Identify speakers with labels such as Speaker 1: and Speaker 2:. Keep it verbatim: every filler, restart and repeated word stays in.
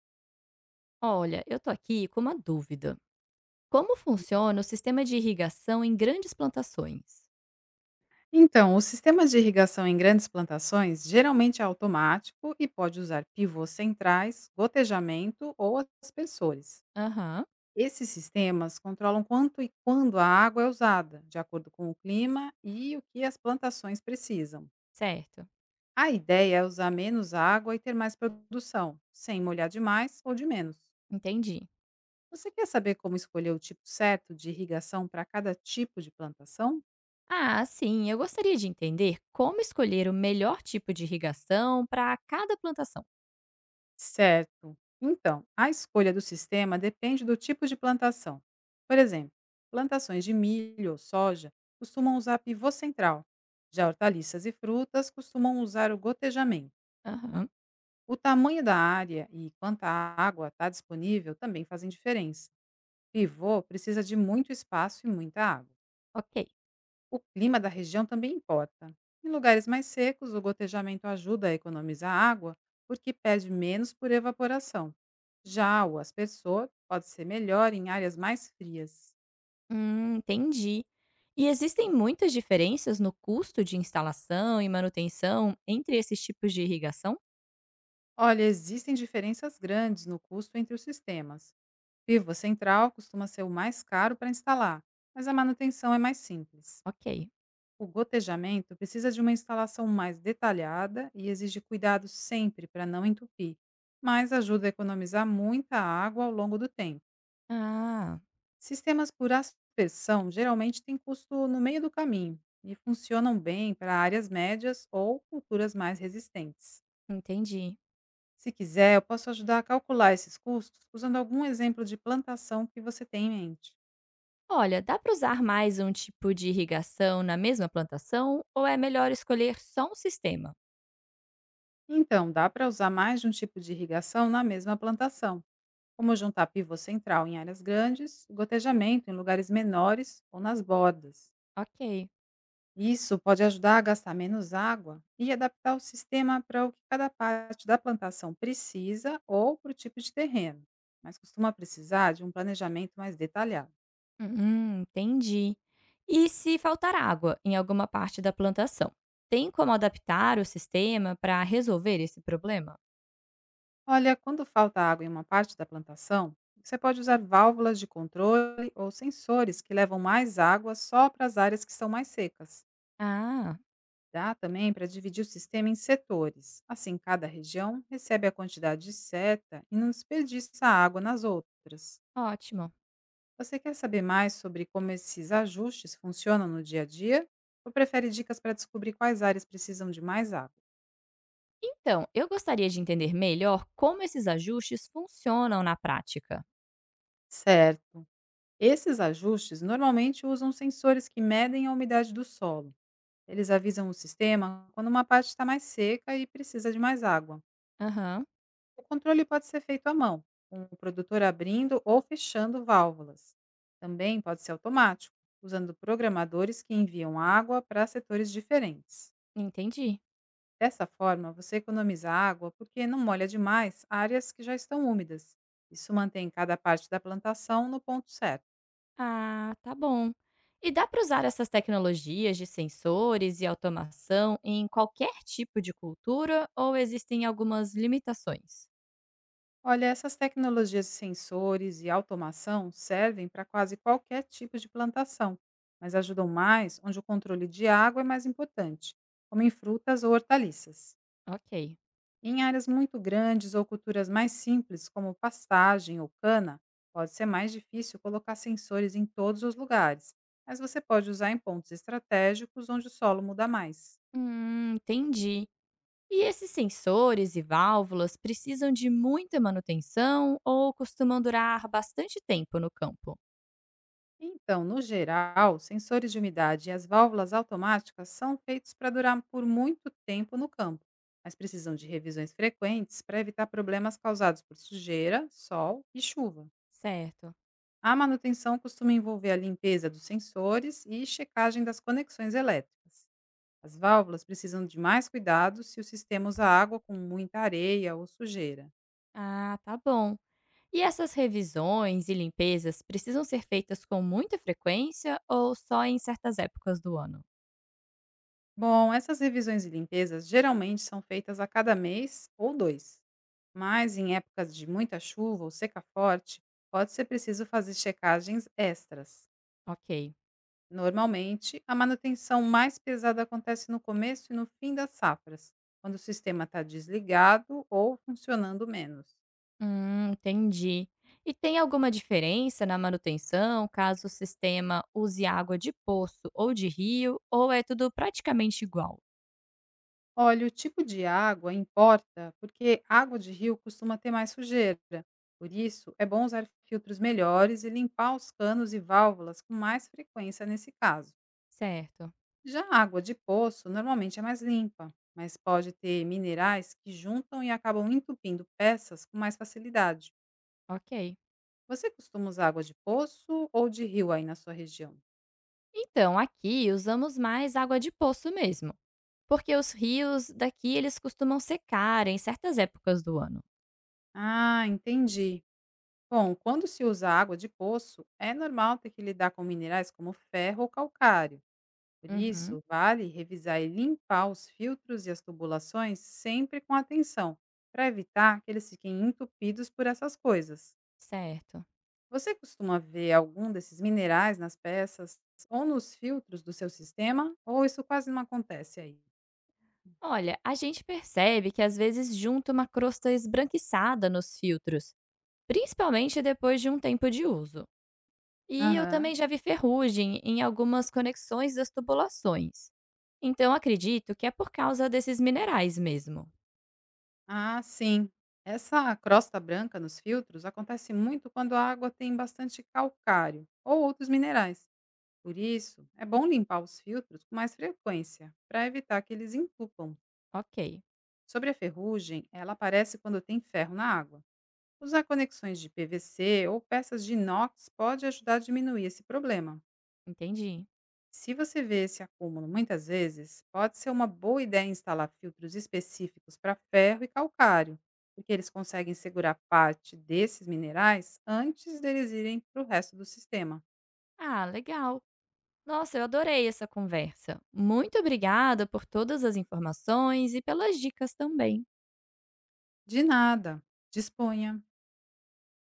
Speaker 1: Olha, eu tô aqui com uma dúvida. Como funciona o sistema de irrigação em grandes plantações?
Speaker 2: Então, o sistema de irrigação em grandes plantações geralmente é automático e pode usar pivôs centrais, gotejamento ou aspersores.
Speaker 1: Aham,
Speaker 2: Esses sistemas controlam quanto e quando a água é usada, de acordo com o clima e o que as plantações precisam.
Speaker 1: certo.
Speaker 2: A ideia é usar menos água e ter mais produção, sem molhar demais ou de menos.
Speaker 1: Entendi.
Speaker 2: Você quer saber como escolher o tipo certo de irrigação para cada tipo de plantação?
Speaker 1: Ah, sim, eu gostaria de entender como escolher o melhor tipo de irrigação para cada plantação.
Speaker 2: Certo. Então, a escolha do sistema depende do tipo de plantação. Por exemplo, plantações de milho ou soja costumam usar pivô central. Já hortaliças e frutas costumam usar o gotejamento.
Speaker 1: Aham.
Speaker 2: O tamanho da área e quanta água está disponível também fazem diferença. Pivô precisa de muito espaço e muita água.
Speaker 1: Ok,
Speaker 2: O clima da região também importa. Em lugares mais secos, o gotejamento ajuda a economizar água, porque perde menos por evaporação. Já o aspersor pode ser melhor em áreas mais frias.
Speaker 1: hum, entendi. E existem muitas diferenças no custo de instalação e manutenção entre esses tipos de irrigação?
Speaker 2: Olha, existem diferenças grandes no custo entre os sistemas. Pivô central costuma ser o mais caro para instalar, mas a manutenção é mais simples.
Speaker 1: Ok.
Speaker 2: O gotejamento precisa de uma instalação mais detalhada e exige cuidado sempre para não entupir, mas ajuda a economizar muita água ao longo do tempo.
Speaker 1: Ah,
Speaker 2: Sistemas por aspersão geralmente têm custo no meio do caminho e funcionam bem para áreas médias ou culturas mais resistentes.
Speaker 1: entendi.
Speaker 2: Se quiser, eu posso ajudar a calcular esses custos usando algum exemplo de plantação que você tem em mente.
Speaker 1: Olha, dá para usar mais um tipo de irrigação na mesma plantação ou é melhor escolher só um sistema?
Speaker 2: Então, dá para usar mais de um tipo de irrigação na mesma plantação, como juntar pivô central em áreas grandes, gotejamento em lugares menores ou nas bordas.
Speaker 1: Ok.
Speaker 2: Isso pode ajudar a gastar menos água e adaptar o sistema para o que cada parte da plantação precisa ou para o tipo de terreno, mas costuma precisar de um planejamento mais detalhado.
Speaker 1: Hum, entendi. E se faltar água em alguma parte da plantação? Tem como adaptar o sistema para resolver esse problema?
Speaker 2: Olha, quando falta água em uma parte da plantação, você pode usar válvulas de controle ou sensores que levam mais água só para as áreas que são mais secas.
Speaker 1: Ah,
Speaker 2: Dá também para dividir o sistema em setores. Assim, cada região recebe a quantidade certa e não desperdiça água nas outras.
Speaker 1: ótimo.
Speaker 2: Você quer saber mais sobre como esses ajustes funcionam no dia a dia? Ou prefere dicas para descobrir quais áreas precisam de mais água?
Speaker 1: Então, eu gostaria de entender melhor como esses ajustes funcionam na prática.
Speaker 2: Certo. Esses ajustes normalmente usam sensores que medem a umidade do solo. Eles avisam o sistema quando uma parte está mais seca e precisa de mais água.
Speaker 1: Aham,
Speaker 2: O controle pode ser feito à mão, com o produtor abrindo ou fechando válvulas. Também pode ser automático, usando programadores que enviam água para setores diferentes.
Speaker 1: entendi.
Speaker 2: Dessa forma, você economiza água porque não molha demais áreas que já estão úmidas. Isso mantém cada parte da plantação no ponto certo.
Speaker 1: Ah, tá bom. E dá para usar essas tecnologias de sensores e automação em qualquer tipo de cultura ou existem algumas limitações?
Speaker 2: Olha, essas tecnologias de sensores e automação servem para quase qualquer tipo de plantação, mas ajudam mais onde o controle de água é mais importante, como em frutas ou hortaliças.
Speaker 1: Ok.
Speaker 2: Em áreas muito grandes ou culturas mais simples, como pastagem ou cana, pode ser mais difícil colocar sensores em todos os lugares, mas você pode usar em pontos estratégicos onde o solo muda mais.
Speaker 1: Hum, entendi. E esses sensores e válvulas precisam de muita manutenção ou costumam durar bastante tempo no campo?
Speaker 2: Então, no geral, sensores de umidade e as válvulas automáticas são feitos para durar por muito tempo no campo, mas precisam de revisões frequentes para evitar problemas causados por sujeira, sol e chuva.
Speaker 1: Certo.
Speaker 2: A manutenção costuma envolver a limpeza dos sensores e checagem das conexões elétricas. As válvulas precisam de mais cuidado se o sistema usa água com muita areia ou sujeira.
Speaker 1: Ah, tá bom. E essas revisões e limpezas precisam ser feitas com muita frequência ou só em certas épocas do ano?
Speaker 2: Bom, essas revisões e limpezas geralmente são feitas a cada mês ou dois. Mas em épocas de muita chuva ou seca forte, pode ser preciso fazer checagens extras.
Speaker 1: Ok.
Speaker 2: Normalmente, a manutenção mais pesada acontece no começo e no fim das safras, quando o sistema está desligado ou funcionando menos.
Speaker 1: Hum, entendi. E tem alguma diferença na manutenção, caso o sistema use água de poço ou de rio, ou é tudo praticamente igual?
Speaker 2: Olha, o tipo de água importa, porque água de rio costuma ter mais sujeira. Por isso, é bom usar filtros melhores e limpar os canos e válvulas com mais frequência nesse caso.
Speaker 1: Certo,
Speaker 2: Já a água de poço normalmente é mais limpa, mas pode ter minerais que juntam e acabam entupindo peças com mais facilidade.
Speaker 1: ok.
Speaker 2: Você costuma usar água de poço ou de rio aí na sua região?
Speaker 1: Então, aqui usamos mais água de poço mesmo, porque os rios daqui eles costumam secar em certas épocas do ano.
Speaker 2: Ah, entendi. Bom, quando se usa água de poço, é normal ter que lidar com minerais como ferro ou calcário. Por
Speaker 1: Uhum,
Speaker 2: isso, vale revisar e limpar os filtros e as tubulações sempre com atenção, para evitar que eles fiquem entupidos por essas coisas.
Speaker 1: certo.
Speaker 2: Você costuma ver algum desses minerais nas peças ou nos filtros do seu sistema? Ou isso quase não acontece aí?
Speaker 1: Olha, a gente percebe que às vezes junta uma crosta esbranquiçada nos filtros, principalmente depois de um tempo de uso. E eu
Speaker 2: Aham.
Speaker 1: também já vi ferrugem em algumas conexões das tubulações. Então acredito que é por causa desses minerais mesmo.
Speaker 2: Ah, sim. Essa crosta branca nos filtros acontece muito quando a água tem bastante calcário ou outros minerais. Por isso, é bom limpar os filtros com mais frequência, para evitar que eles entupam.
Speaker 1: Ok,
Speaker 2: Sobre a ferrugem, ela aparece quando tem ferro na água. Usar conexões de P V C ou peças de inox pode ajudar a diminuir esse problema.
Speaker 1: entendi.
Speaker 2: Se você vê esse acúmulo muitas vezes, pode ser uma boa ideia instalar filtros específicos para ferro e calcário, porque eles conseguem segurar parte desses minerais antes deles irem para o resto do sistema.
Speaker 1: Ah, legal. Nossa, eu adorei essa conversa. Muito obrigada por todas as informações e pelas dicas também.
Speaker 2: De nada, disponha!